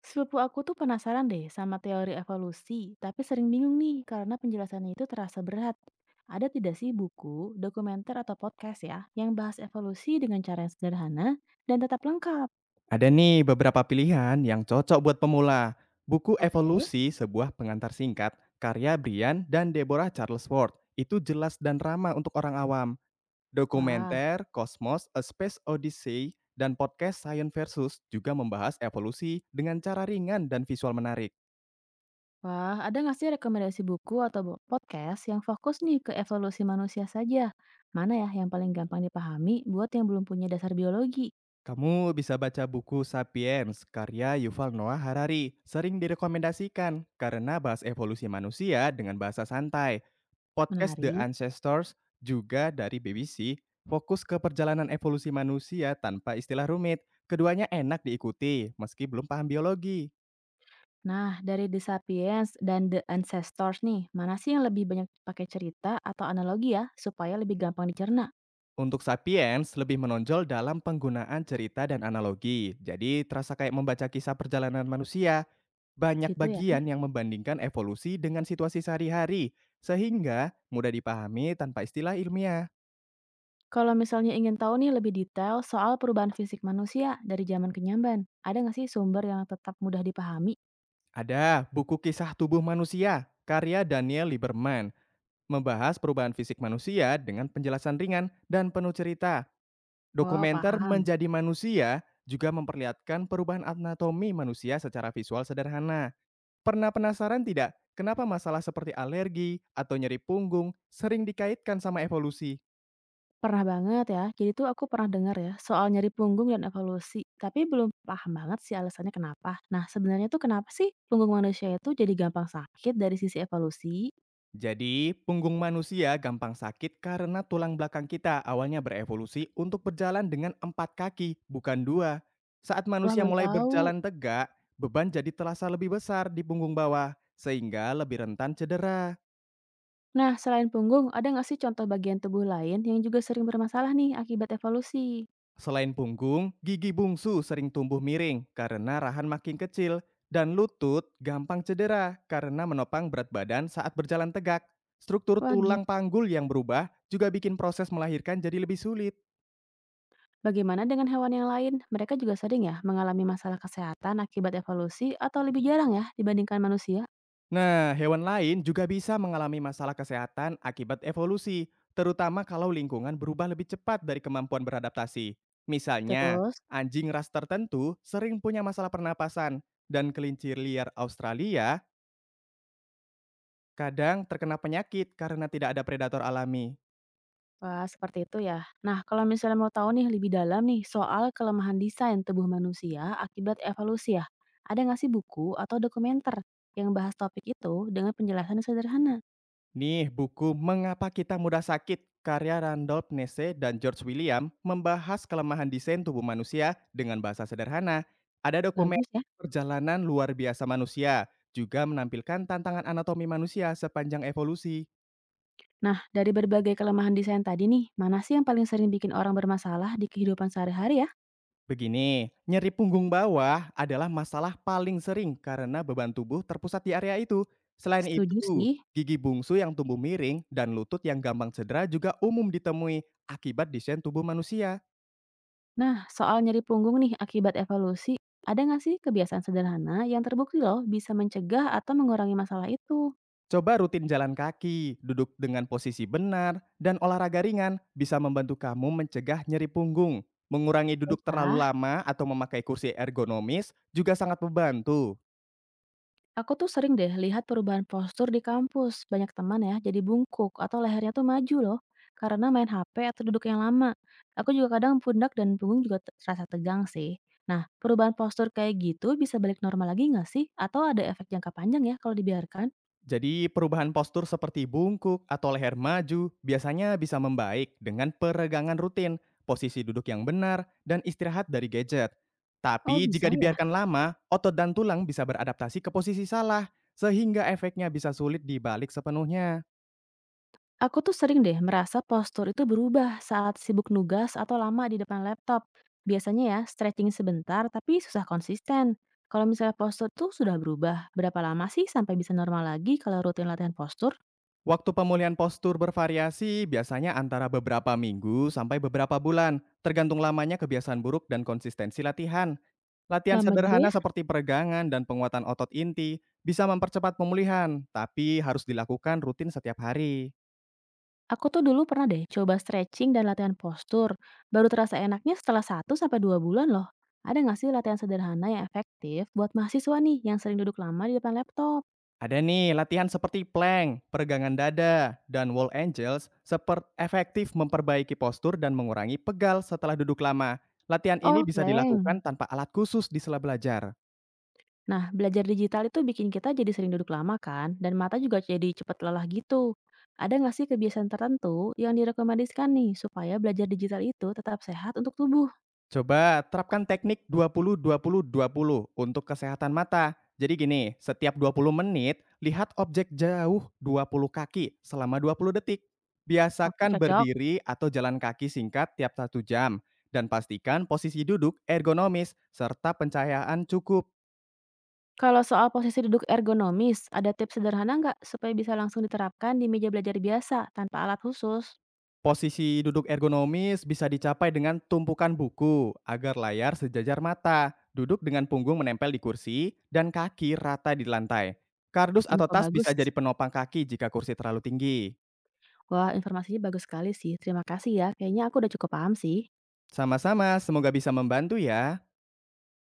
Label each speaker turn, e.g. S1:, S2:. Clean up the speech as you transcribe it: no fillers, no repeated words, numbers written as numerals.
S1: Sepupu aku tuh penasaran deh sama teori evolusi, tapi sering bingung nih karena penjelasannya itu terasa berat. Ada tidak sih buku, dokumenter, atau podcast ya yang bahas evolusi dengan cara yang sederhana dan tetap lengkap?
S2: Ada nih beberapa pilihan yang cocok buat pemula. Buku
S1: Oke.
S2: Evolusi, sebuah pengantar singkat, karya Brian dan Deborah Charles Ward. Itu jelas dan ramah untuk orang awam.
S1: Wah,
S2: Dokumenter, Cosmos, A Space Odyssey, dan podcast Science Versus juga membahas evolusi dengan cara ringan dan visual menarik.
S1: wah, ada nggak sih rekomendasi buku atau podcast yang fokus nih ke evolusi manusia saja? Mana ya yang paling gampang dipahami buat yang belum punya dasar biologi?
S2: Kamu bisa baca buku Sapiens, karya Yuval Noah Harari. Sering direkomendasikan karena bahas evolusi manusia dengan bahasa santai. Podcast The
S1: Menarik.
S2: Ancestors, juga dari BBC, fokus ke perjalanan evolusi manusia tanpa istilah rumit. Keduanya enak diikuti, meski belum paham biologi.
S1: Nah, dari The Sapiens dan The Ancestors nih, mana sih yang lebih banyak pakai cerita atau analogi ya, supaya lebih gampang dicerna?
S2: Untuk Sapiens, lebih menonjol dalam penggunaan cerita dan analogi. Jadi, terasa kayak membaca kisah perjalanan manusia. Banyak
S1: Gitu ya.
S2: bagian yang membandingkan evolusi dengan situasi sehari-hari, sehingga mudah dipahami tanpa istilah ilmiah.
S1: Kalau misalnya ingin tahu nih lebih detail soal perubahan fisik manusia dari zaman ke nyamban, ada nggak sih sumber yang tetap mudah dipahami?
S2: Ada buku kisah tubuh manusia, karya Daniel Lieberman, membahas perubahan fisik manusia dengan penjelasan ringan dan penuh cerita,
S1: Wow,
S2: dokumenter
S1: paham.
S2: menjadi manusia juga memperlihatkan perubahan anatomi manusia secara visual sederhana. Pernah penasaran tidak kenapa masalah seperti alergi atau nyeri punggung sering dikaitkan sama evolusi?
S1: Pernah banget ya, jadi tuh aku pernah dengar ya soal nyeri punggung dan evolusi, tapi belum paham banget sih alasannya kenapa. Nah, sebenarnya tuh kenapa sih punggung manusia itu jadi gampang sakit dari sisi evolusi?
S2: Jadi, punggung manusia gampang sakit karena tulang belakang kita awalnya berevolusi untuk berjalan dengan 4 kaki, bukan dua. Saat
S1: Wah,
S2: manusia
S1: baru
S2: mulai
S1: tahu.
S2: berjalan tegak, beban jadi terasa lebih besar di punggung bawah, sehingga lebih rentan cedera.
S1: Nah, selain punggung, ada nggak sih contoh bagian tubuh lain yang juga sering bermasalah nih akibat evolusi?
S2: Selain punggung, gigi bungsu sering tumbuh miring karena rahan makin kecil, dan lutut gampang cedera karena menopang berat badan saat berjalan tegak. Struktur
S1: Wah, gi-
S2: tulang panggul yang berubah juga bikin proses melahirkan jadi lebih sulit.
S1: Bagaimana dengan hewan yang lain? Mereka juga sering ya mengalami masalah kesehatan akibat evolusi atau lebih jarang ya dibandingkan manusia?
S2: Nah, hewan lain juga bisa mengalami masalah kesehatan akibat evolusi, terutama kalau lingkungan berubah lebih cepat dari kemampuan beradaptasi. Misalnya,
S1: Terus,
S2: anjing ras tertentu sering punya masalah pernapasan, dan kelinci liar Australia kadang terkena penyakit karena tidak ada predator alami.
S1: wah seperti itu ya. Nah, kalau misalnya mau tahu nih lebih dalam nih soal kelemahan desain tubuh manusia akibat evolusi ya, ada nggak sih buku atau dokumenter yang bahas topik itu dengan penjelasan yang sederhana?
S2: Nih, buku Mengapa Kita Mudah Sakit karya Randolph Nesse dan George William membahas kelemahan desain tubuh manusia dengan bahasa sederhana. Ada dokumen
S1: Bagus ya.
S2: perjalanan luar biasa manusia, juga menampilkan tantangan anatomi manusia sepanjang evolusi.
S1: Nah, dari berbagai kelemahan desain tadi nih, mana sih yang paling sering bikin orang bermasalah di kehidupan sehari-hari ya?
S2: Begini, nyeri punggung bawah adalah masalah paling sering karena beban tubuh terpusat di area itu. Selain
S1: Setuju
S2: itu,
S1: sih.
S2: gigi bungsu yang tumbuh miring dan lutut yang gampang cedera juga umum ditemui akibat desain tubuh manusia.
S1: Nah, soal nyeri punggung nih akibat evolusi, ada nggak sih kebiasaan sederhana yang terbukti loh bisa mencegah atau mengurangi masalah itu?
S2: Coba rutin jalan kaki, duduk dengan posisi benar, dan olahraga ringan bisa membantu kamu mencegah nyeri punggung. Mengurangi duduk terlalu
S1: Baiklah.
S2: lama atau memakai kursi ergonomis juga sangat membantu.
S1: Aku tuh sering deh lihat perubahan postur di kampus. Banyak teman ya jadi bungkuk atau lehernya tuh maju loh karena main HP atau duduk yang lama. Aku juga kadang pundak dan punggung juga terasa tegang sih. Nah, perubahan postur kayak gitu bisa balik normal lagi nggak sih? Atau ada efek jangka panjang ya kalau dibiarkan?
S2: Jadi perubahan postur seperti bungkuk atau leher maju biasanya bisa membaik dengan peregangan rutin, posisi duduk yang benar, dan istirahat dari gadget.
S1: Oh,
S2: Tapi
S1: bisa
S2: jika
S1: ya.
S2: dibiarkan lama, otot dan tulang bisa beradaptasi ke posisi salah, sehingga efeknya bisa sulit dibalik sepenuhnya.
S1: Aku tuh sering deh merasa postur itu berubah saat sibuk nugas atau lama di depan laptop. Biasanya ya, stretching sebentar tapi susah konsisten. Kalau misalnya postur tuh sudah berubah, berapa lama sih sampai bisa normal lagi kalau rutin latihan postur?
S2: Waktu pemulihan postur bervariasi biasanya antara beberapa minggu sampai beberapa bulan, tergantung lamanya kebiasaan buruk dan konsistensi latihan. Latihan
S1: Lama juga
S2: sederhana
S1: ya.
S2: seperti peregangan dan penguatan otot inti bisa mempercepat pemulihan, tapi harus dilakukan rutin setiap hari.
S1: Aku tuh dulu pernah deh coba stretching dan latihan postur. Baru terasa enaknya setelah satu sampai dua bulan loh. Ada nggak sih latihan sederhana yang efektif buat mahasiswa nih yang sering duduk lama di depan laptop?
S2: Ada nih latihan seperti plank, peregangan dada, dan wall angels seperti efektif memperbaiki postur dan mengurangi pegal setelah duduk lama. Latihan ini
S1: Oh,
S2: bisa
S1: plank.
S2: dilakukan tanpa alat khusus di sela belajar.
S1: Nah, belajar digital itu bikin kita jadi sering duduk lama kan, dan mata juga jadi cepat lelah gitu. Ada nggak sih kebiasaan tertentu yang direkomendasikan nih supaya belajar digital itu tetap sehat untuk tubuh?
S2: Coba terapkan teknik dua 20 20 20 untuk kesehatan mata. Jadi gini, setiap 20 menit, lihat objek jauh 20 kaki selama 20 detik.
S1: Oke,
S2: Biasakan
S1: cocok.
S2: berdiri atau jalan kaki singkat tiap 1 jam. Dan pastikan posisi duduk ergonomis serta pencahayaan cukup.
S1: Kalau soal posisi duduk ergonomis, ada tips sederhana nggak supaya bisa langsung diterapkan di meja belajar biasa tanpa alat khusus?
S2: Posisi duduk ergonomis bisa dicapai dengan tumpukan buku agar layar sejajar mata, duduk dengan punggung menempel di kursi, dan kaki rata di lantai. Kardus atau
S1: Info
S2: tas bisa
S1: bagus.
S2: jadi penopang kaki jika kursi terlalu tinggi.
S1: Wah, informasinya bagus sekali sih. Terima kasih ya. Kayaknya aku udah cukup paham sih.
S2: Sama-sama, semoga bisa membantu ya.